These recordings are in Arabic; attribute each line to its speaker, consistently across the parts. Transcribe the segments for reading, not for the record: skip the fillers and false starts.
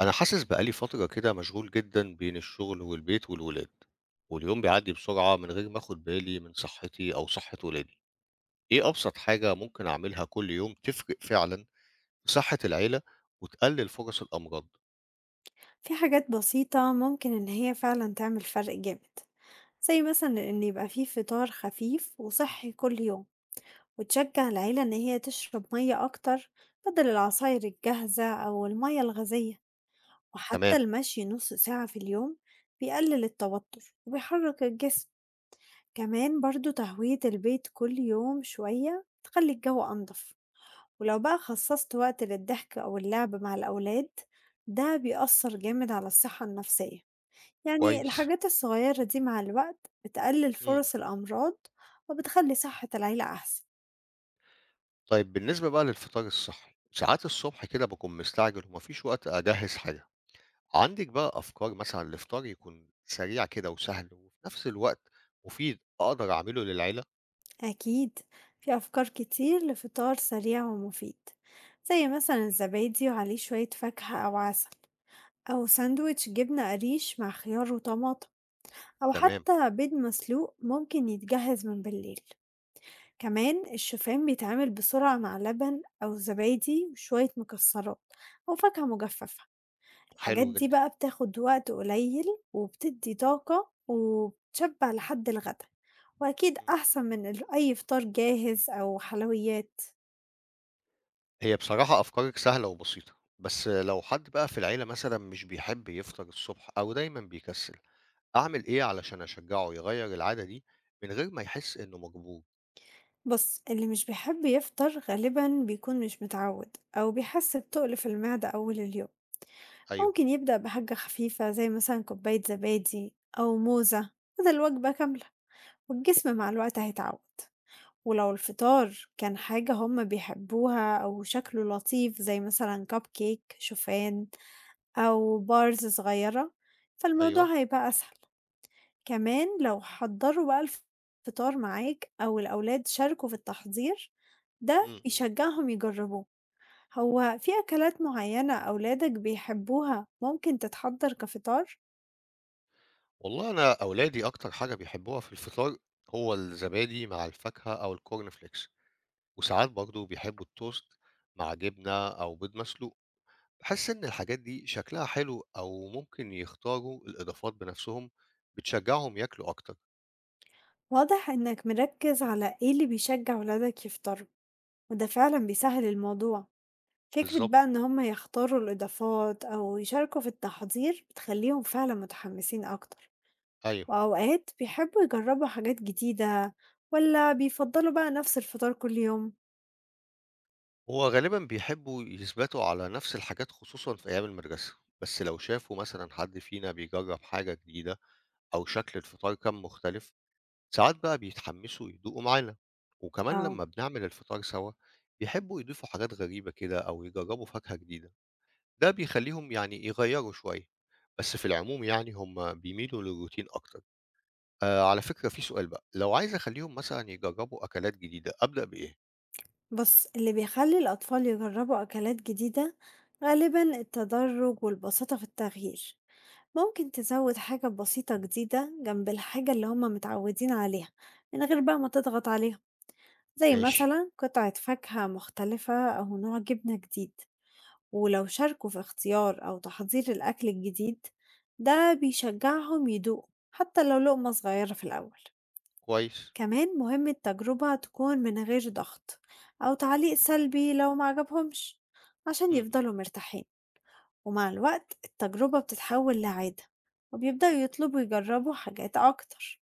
Speaker 1: أنا حاسس بقالي فترة كده مشغول جدًا بين الشغل والبيت والولاد، واليوم بيعدي بسرعة من غير ما آخد بالي من صحتي أو صحة ولادي، إيه أبسط حاجة ممكن أعملها كل يوم تفرق فعلًا في صحة العيلة وتقلل فرص الأمراض؟
Speaker 2: في حاجات بسيطة ممكن إن هي فعلا تعمل فرق جامد، زي مثلا إن يبقى فيه فطار خفيف وصحي كل يوم، وتشجع العيلة إن هي تشرب مية أكتر بدل العصاير الجاهزة أو المية الغازية. وحتى
Speaker 1: تمام،
Speaker 2: المشي نص ساعة في اليوم بيقلل التوتر وبيحرك الجسم. كمان برضو تهوية البيت كل يوم شوية تخلي الجو أنضف، ولو بقى خصصت وقت للضحك أو اللعب مع الأولاد، ده بيأثر جامد على الصحة النفسية. يعني
Speaker 1: كويس،
Speaker 2: الحاجات الصغيرة دي مع الوقت بتقلل
Speaker 1: إمم،
Speaker 2: فرص الأمراض وبتخلي صحة العيلة أحسن.
Speaker 1: طيب بالنسبة بقى للفطار الصحي، ساعات الصبح كده باكون مستعجل وما فيش وقت أجهّز حاجة، عندِك بقى أفكار مثلًا لفطار يكون سريع كده وسهل وفي نفس الوقت مفيد أقدر أعمله للعيلة؟
Speaker 2: أكيد في أفكار كتير لفطار سريع ومفيد، زي مثلا الزبادي وعليه شوية فاكهة أو عسل، أو ساندويتش جبنة قريش مع خيار وطماطم، أو
Speaker 1: تمام،
Speaker 2: حتى بيض مسلوق ممكن يتجهز من بالليل. كمان الشوفان بيتعمل بسرعة مع لبن أو زبادي وشوية مكسرات أو فاكهة مجففة. الحاجات
Speaker 1: حلو
Speaker 2: دي
Speaker 1: جدًا،
Speaker 2: بقى بتاخد وقت قليل وبتدّي طاقة وبتشبّع لحد الغدا، وأكيد
Speaker 1: إمم.
Speaker 2: أحسن من أي فطار جاهز أو حلويات.
Speaker 1: هي بصراحة أفكارِك سهلة وبسيطة، بس لو حد بقى في العيلة مثلًا مش بيحب يفطر الصبح أو دايمًا بيكسل، أعمل إيه علشان أشجعه يغيّر العادة دي من غير ما يحس إنه مجبور؟
Speaker 2: بُص، اللي مش بيحب يفطر غالبًا بيكون مش متعوّد أو بيحس بتُقل في المعدة أول اليوم،
Speaker 1: أيوه،
Speaker 2: ممكن يبدأ بحاجة خفيفة زي مثلًا كوباية زبادي أو موزة بدل وجبة كاملة، والجسم مع الوقت هيتعوّد. ولو الفطار كان حاجة هُم بيحبوها أو شكله لطيف زي مثلًا cupcake، شوفان أو bars صغيرة،
Speaker 1: أيوه،
Speaker 2: فالموضوع هيبقى أسهل. كمان لو حضّروا بقى الفطار معاك أو الأولاد شاركوا في التحضير،
Speaker 1: إمم،
Speaker 2: ده
Speaker 1: إمم.
Speaker 2: بيشجّعهم يجرّبوه. هو في أكلات معيّنة أولادك بيحبّوها ممكن تتحضّر كفطار؟
Speaker 1: والله أنا أولادي أكتر حاجة بيحبوها في الفطار هو الزبادي مع الفاكهة أو الcorn flakes، وساعات برضه بيحبوا التوست مع جبنة أو بيض مسلوق. باحس إن الحاجات دي شكلها حلو أو ممكن يختاروا الإضافات بنفسهم، بتشجعهم ياكلوا أكتر.
Speaker 2: واضح إنّك مركّز على إيه اللي بيشجّع ولادك يفطروا، وده فعلًا بيسهّل الموضوع. فكرة
Speaker 1: بالضبط،
Speaker 2: بقى إن هم يختاروا الإضافات أو يشاركوا في التحضير بتخلّيهم فعلًا متحمّسين أكتر.
Speaker 1: أيوه.
Speaker 2: وأوقات بيحبوا يجربوا حاجات جديدة ولا بيفضلوا بقى نفس الفطار كل يوم؟
Speaker 1: هو غالبًا بيحبّوا يثبتوا على نفس الحاجات خصوصًا في أيام المدرسة، بس لو شافوا مثلًا حد فينا بيجرّب حاجة جديدة أو شكل الفطار كان مختلف، ساعات بقى بيتحمّسوا يدوقوا معانا، وكمان
Speaker 2: اه،
Speaker 1: لمّا بنعمل الفطار سوا بيحبّوا يضيفوا حاجات غريبة كده أو يجرّبوا فاكهة جديدة، ده بيخلّيهم يعني يغيّروا شوية، بس في العموم يعني هم بيميلوا للروتين أكتر. على فكرة في سؤال بقى، لو عايز أخلّيهم مثلًا يجرّبوا أكلات جديدة أبدأ بإيه؟
Speaker 2: بص، اللي بيخلي الأطفال يجربوا أكلات جديدة غالبا التدرج والبساطة في التغيير. ممكن تزود حاجة بسيطة جديدة جنب الحاجة اللي هما متعودين عليها من غير بقى ما تضغط عليهم، زي
Speaker 1: ماشي،
Speaker 2: مثلا قطعة فاكهة مختلفة أو نوع جبنة جديد. ولو شاركوا في اختيار أو تحضير الأكل الجديد، ده بيشجعهم يدوقوا حتى لو لقمة صغيرة في الأول.
Speaker 1: كويس،
Speaker 2: كمان مهم التجربة تكون من غير ضغط أو تعليق سلبي لو ما عجبهمش، عشان
Speaker 1: إمم. إمم.
Speaker 2: يفضلوا مرتاحين. ومع الوقت التجربة بتتحول لعادة وبيبدأوا يطلبوا يجربوا حاجات أكتر.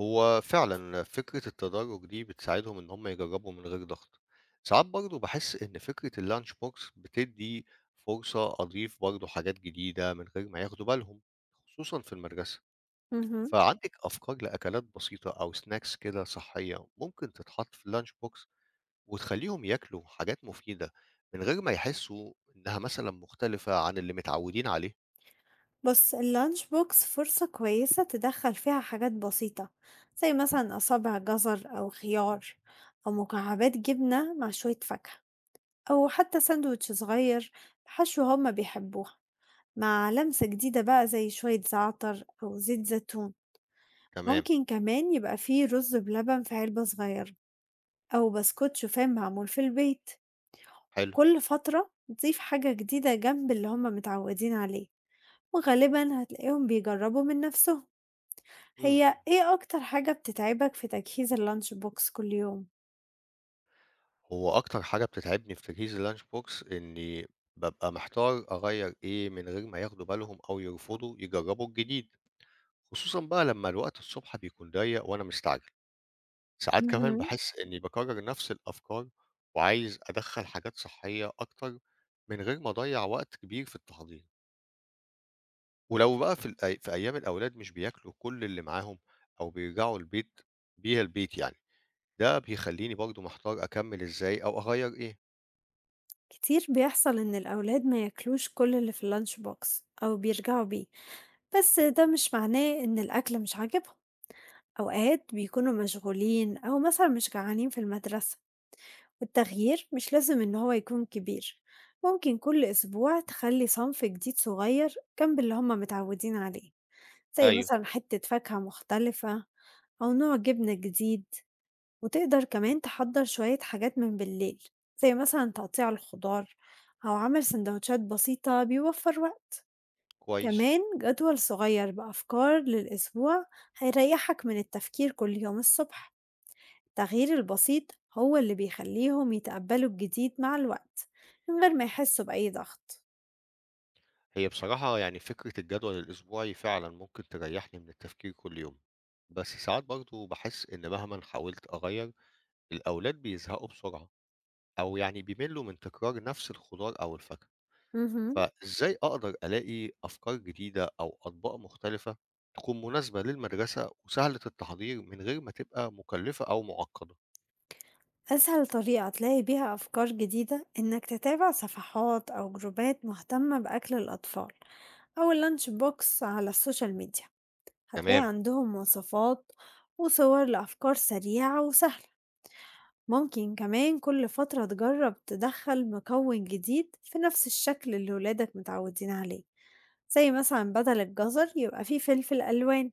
Speaker 1: هو فعلًا فكرة التدرّج دي بتساعدهم إن هم يجرّبوا من غير ضغط. ساعات برضه باحس إن فكرة الlunch box بتدّي فرصة أضيف برضه حاجات جديدة من غير ما ياخدوا بالهم، خصوصًا في المدرسة.
Speaker 2: مهم.
Speaker 1: فعندِك أفكار لأكلات بسيطة أو snacks كده صحّية ممكن تتحط في الlunch box وتخلّيهم ياكلوا حاجات مفيدة من غير ما يحسّوا إنها مثلًا مختلفة عن اللي متعوّدين عليه؟
Speaker 2: بص، اللانش بوكس فرصة كويسة تدخل فيها حاجات بسيطة، زي مثلا أصابع جزر أو خيار، أو مكعبات جبنة مع شوية فاكهة، أو حتى ساندوتش صغير بحشو هما بيحبوها، مع لمسة جديدة بقى زي شوية زعتر أو زيت زيتون.
Speaker 1: تمام،
Speaker 2: ممكن كمان يبقى فيه رز بلبن في علبة صغيرة، أو بسكوت شوفان معمول في البيت.
Speaker 1: حلو.
Speaker 2: كل فترة تضيف حاجة جديدة جنب اللي هما متعودين عليه، وغالبا هتلاقيهم بيجربوا من نفسهم.
Speaker 1: إمم.
Speaker 2: هي
Speaker 1: امم.
Speaker 2: إيه أكتر حاجة بتتعبك في تجهيز الlunch box كل يوم؟
Speaker 1: هو أكتر حاجة بتتعبني في تجهيز الlunch box إني بابقى محتار أغيّر إيه من غير ما ياخدوا بالهم أو يرفضوا يجرّبوا الجديد، خصوصًا بقى لمّا الوقت الصبح بيكون ضيّق وأنا مستعجل. ساعات كمان
Speaker 2: مهم.
Speaker 1: باحس إني باكرّر نفس الأفكار وعايز أدخّل حاجات صحّية أكتر من غير ما أضيّع وقت كبير في التحضير. ولو بقى في في أيام الأولاد مش بياكلوا كل اللي معاهم أو بيرجعوا بيها البيت يعني، ده بيخلّيني برضه محتار أكمّل إزاي أو أغيّر إيه.
Speaker 2: كتير بيحصل إن الأولاد ما ياكلوش كل اللي في اللانش بوكس أو بيرجعوا بيه، بس ده مش معناه إن الأكل مش عاجبهم. أوقات بيكونوا مشغولين أو مثلا مش جعانين في المدرسة. والتغيير مش لازم إن هو يكون كبير، ممكن كل أسبوع تخلي صنف جديد صغير جنب اللي هما متعودين عليه، زي
Speaker 1: أيوه،
Speaker 2: مثلا حتة فاكهة مختلفة أو نوع جبنة جديد. وتقدر كمان تحضّر شوية حاجات من بالليل، زي مثلًا تقطيع الخضار أو عمل سندوتشات بسيطة بيوفّر وقت.
Speaker 1: كويس.
Speaker 2: كمان جدول صغير بأفكار للأسبوع هيريّحك من التفكير كل يوم الصبح. التغيير البسيط هو اللي بيخلّيهم يتقبّلوا الجديد مع الوقت من غير ما يحسّوا بأي ضغط.
Speaker 1: هي بصراحة يعني فكرة الجدول الأسبوعي فعلا ممكن تريحني من التفكير كل يوم بس ساعات برضو بحس إن مهما حاولت أغير الأولاد بيزهقوا بسرعة أو يعني بيملوا من تكرار نفس الخضار أو الفاكهة
Speaker 2: اهم.
Speaker 1: فإزاي أقدر ألاقي أفكار جديدة أو أطباق مختلفة تكون مناسبة للمدرسة وسهلة التحضير من غير ما تبقى مكلفة أو معقدة.
Speaker 2: أسهل طريقة تلاقي بيها أفكار جديدة إنك تتابع صفحات أو جروبات مهتمة بأكل الأطفال أو الlunch box على السوشيال ميديا. هتلاقي
Speaker 1: تمام،
Speaker 2: عندهم وصفات وصور لأفكار سريعة وسهلة. ممكن كمان كل فترة تجرب تدخل مكون جديد في نفس الشكل اللي ولادك متعودين عليه، زي مثلا بدل الجزر يبقى فيه فلفل ألوان،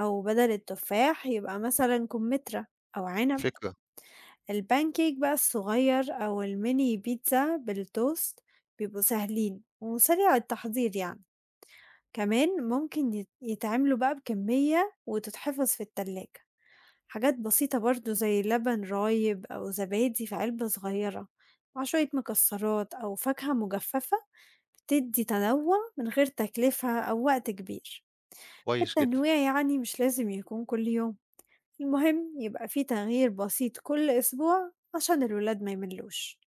Speaker 2: أو بدل التفاح يبقى مثلا كمثرى أو عنب.
Speaker 1: فكرة،
Speaker 2: البانكيك بقى الصغير أو الميني بيتزا بالتوست بيبقوا سهلين وسريع التحضير يعني. كمان ممكن يتعملوا بقى بكمية وتتحفظ في التلاجة. حاجات بسيطة برضه زي لبن رايب أو زبادي في علبة صغيرة مع شوية مكسرات أو فاكهة مجففة بتدي تنوع من غير تكلفة أو وقت كبير.
Speaker 1: كويس جدا.
Speaker 2: التنويع يعني مش لازم يكون كل يوم، المهم يبقى فيه تغيير بسيط كل أسبوع عشان الولاد ما يملوش.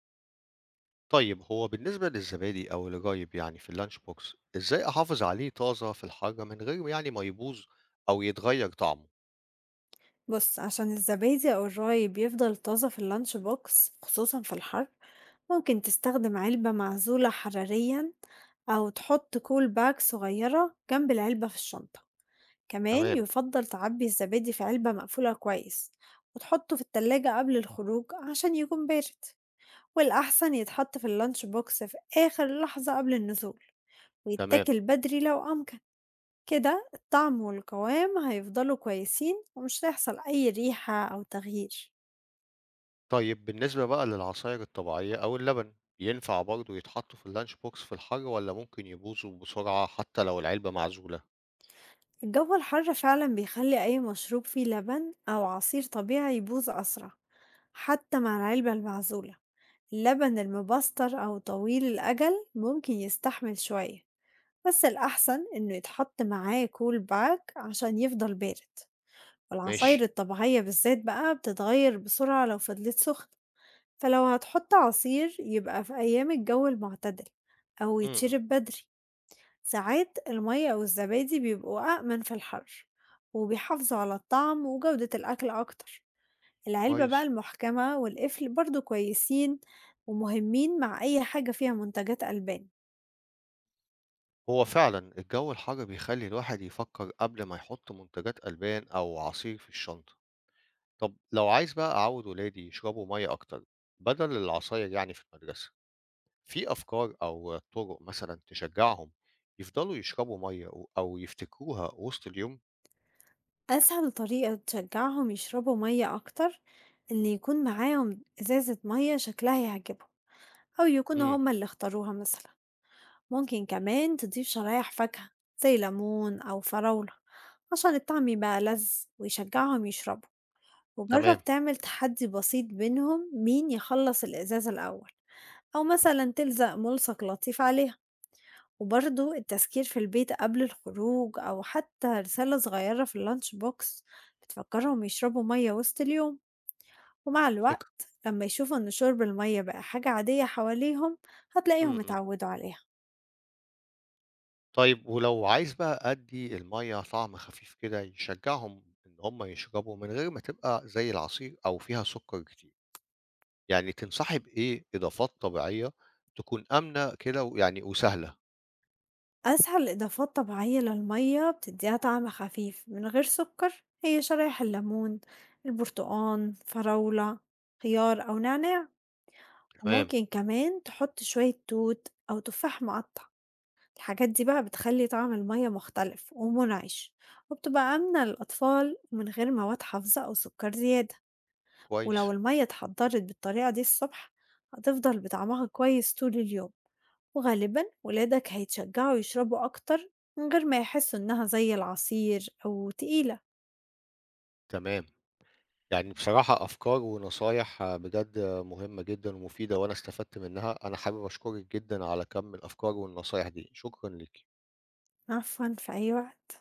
Speaker 1: طيب هو بالنسبة للزبادي أو الرايب يعني في اللانش بوكس إزاي أحافظ عليه طازة في الحاجة من غير يعني ما يبوظ أو يتغير طعمه؟
Speaker 2: بص، عشان الزبادي أو الراي بيفضل طازة في اللانش بوكس خصوصا في الحر، ممكن تستخدم علبة معزولة حراريا، أو تحط كول باك صغيرة جنب العلبة في الشنطة. كمان
Speaker 1: تمام،
Speaker 2: يفضل تعبي الزبادي في علبة مقفولة كويس، وتحطه في التلاجة قبل الخروج عشان يكون بارد. والأحسن يتحط في اللانش بوكس في آخر لحظة قبل النزول،
Speaker 1: تمام.
Speaker 2: ويتاكل بدري لو أمكن. كده الطعم والقوام هيفضلوا كويسين، ومش هيحصل أي ريحة أو تغيير.
Speaker 1: طيب بالنسبة بقى للعصاير الطبيعية أو اللبن ينفع برضه يتحطوا في اللانش بوكس في الحاجة ولا ممكن يبوظوا بسرعة حتى لو العلبة معزولة؟
Speaker 2: الجو الحر فعلا بيخلي أي مشروب فيه لبن أو عصير طبيعي يبوظ أسرع حتى مع العلبة المعزولة. اللبن المبستر أو طويل الأجل ممكن يستحمل شوية، بس الأحسن إنه يتحط معاه كول باك عشان يفضل بارد. والعصاير
Speaker 1: ماشي،
Speaker 2: الطبيعية بالذات بقى بتتغير بسرعة لو فضلت سخنة. فلو هتحط عصير يبقى في أيام الجو المعتدل أو
Speaker 1: امم،
Speaker 2: يتشرب بدري. ساعات المية أو الزبادي بيبقوا أأمن في الحر، وبيحافظوا على الطعم وجودة الأكل أكتر. العلبة بقى
Speaker 1: كويس.
Speaker 2: المحكمة والقفل برضو كويسين ومهمين مع أي حاجة فيها منتجات ألبان.
Speaker 1: هو فعلا الجو الحار بيخلي الواحد يفكر قبل ما يحط منتجات ألبان أو عصير في الشنطة. طب لو عايز بقى أعوِّد ولادي يشربوا مَيّة أكتر بدل العصاير يعني في المدرسة، في أفكار أو طُرق مثلًا تشجّعهم يفضلوا يشربوا مَيّة أو يفتكروها وسط اليوم؟
Speaker 2: أسهل طريقة تشجعهم يشربوا مية أكتر إن يكون معاهم إزازة مية شكلها يعجبهم، أو يكونوا
Speaker 1: إمم،
Speaker 2: هما اللي اختاروها مثلا. ممكن كمان تضيف شرايح فاكهة زي ليمون أو فراولة عشان الطعم يبقى لذ ويشجعهم يشربوا.
Speaker 1: تمام،
Speaker 2: وجرب تعمل تحدي بسيط بينهم مين يخلص الإزازة الأول، أو مثلا تلزق ملصق لطيف عليها. وبرضه التذكير في البيت قبل الخروج أو حتى رسالة صغيرة في اللانش بوكس بتفكرهم يشربوا مية وسط اليوم. ومع
Speaker 1: فكرة.
Speaker 2: الوقت لما يشوفوا إن شرب المية بقى حاجة عادية حواليهم،
Speaker 1: إمم،
Speaker 2: هتلاقيهم
Speaker 1: إمم.
Speaker 2: اتعودوا عليها.
Speaker 1: طيب ولو عايز بقى أدّي المَيّة طعم خفيف كده يشجّعهم إن هم يشربوا من غير ما تبقى زي العصير أو فيها سُكّر كتير، يعني تنصحي بإيه إضافات طبيعية تكون آمنة كده ويعني وسهلة؟
Speaker 2: أسهل إضافات طبيعية للمية بتديها طعم خفيف من غير سكر هي شرايح الليمون، البرتقان، فراولة، خيار أو نعناع.
Speaker 1: تمام،
Speaker 2: وممكن كمان تحط شوية توت أو تفاح مقطع. الحاجات دي بقى بتخلي طعم المية مختلف ومنعش، وبتبقى آمنة للأطفال ومن غير مواد حافظة أو سكر زيادة.
Speaker 1: كويس،
Speaker 2: ولو المَيّة اتحضّرت بالطريقة دي الصبح، هتفضل بطعمها كويس طول اليوم، وغالبًا ولادك هيتشجّعوا يشربوا أكتر من غير ما يحسّوا إنها زي العصير أو تقيلة.
Speaker 1: تمام. يعني بصراحة أفكار ونصايح بجد مهمة جدًا ومفيدة وأنا استفدت منها، أنا حابب أشكرِك جدًا على كم الأفكار والنصايح دي، شكرًا ليكِ.
Speaker 2: عفوًا، في أي وقت.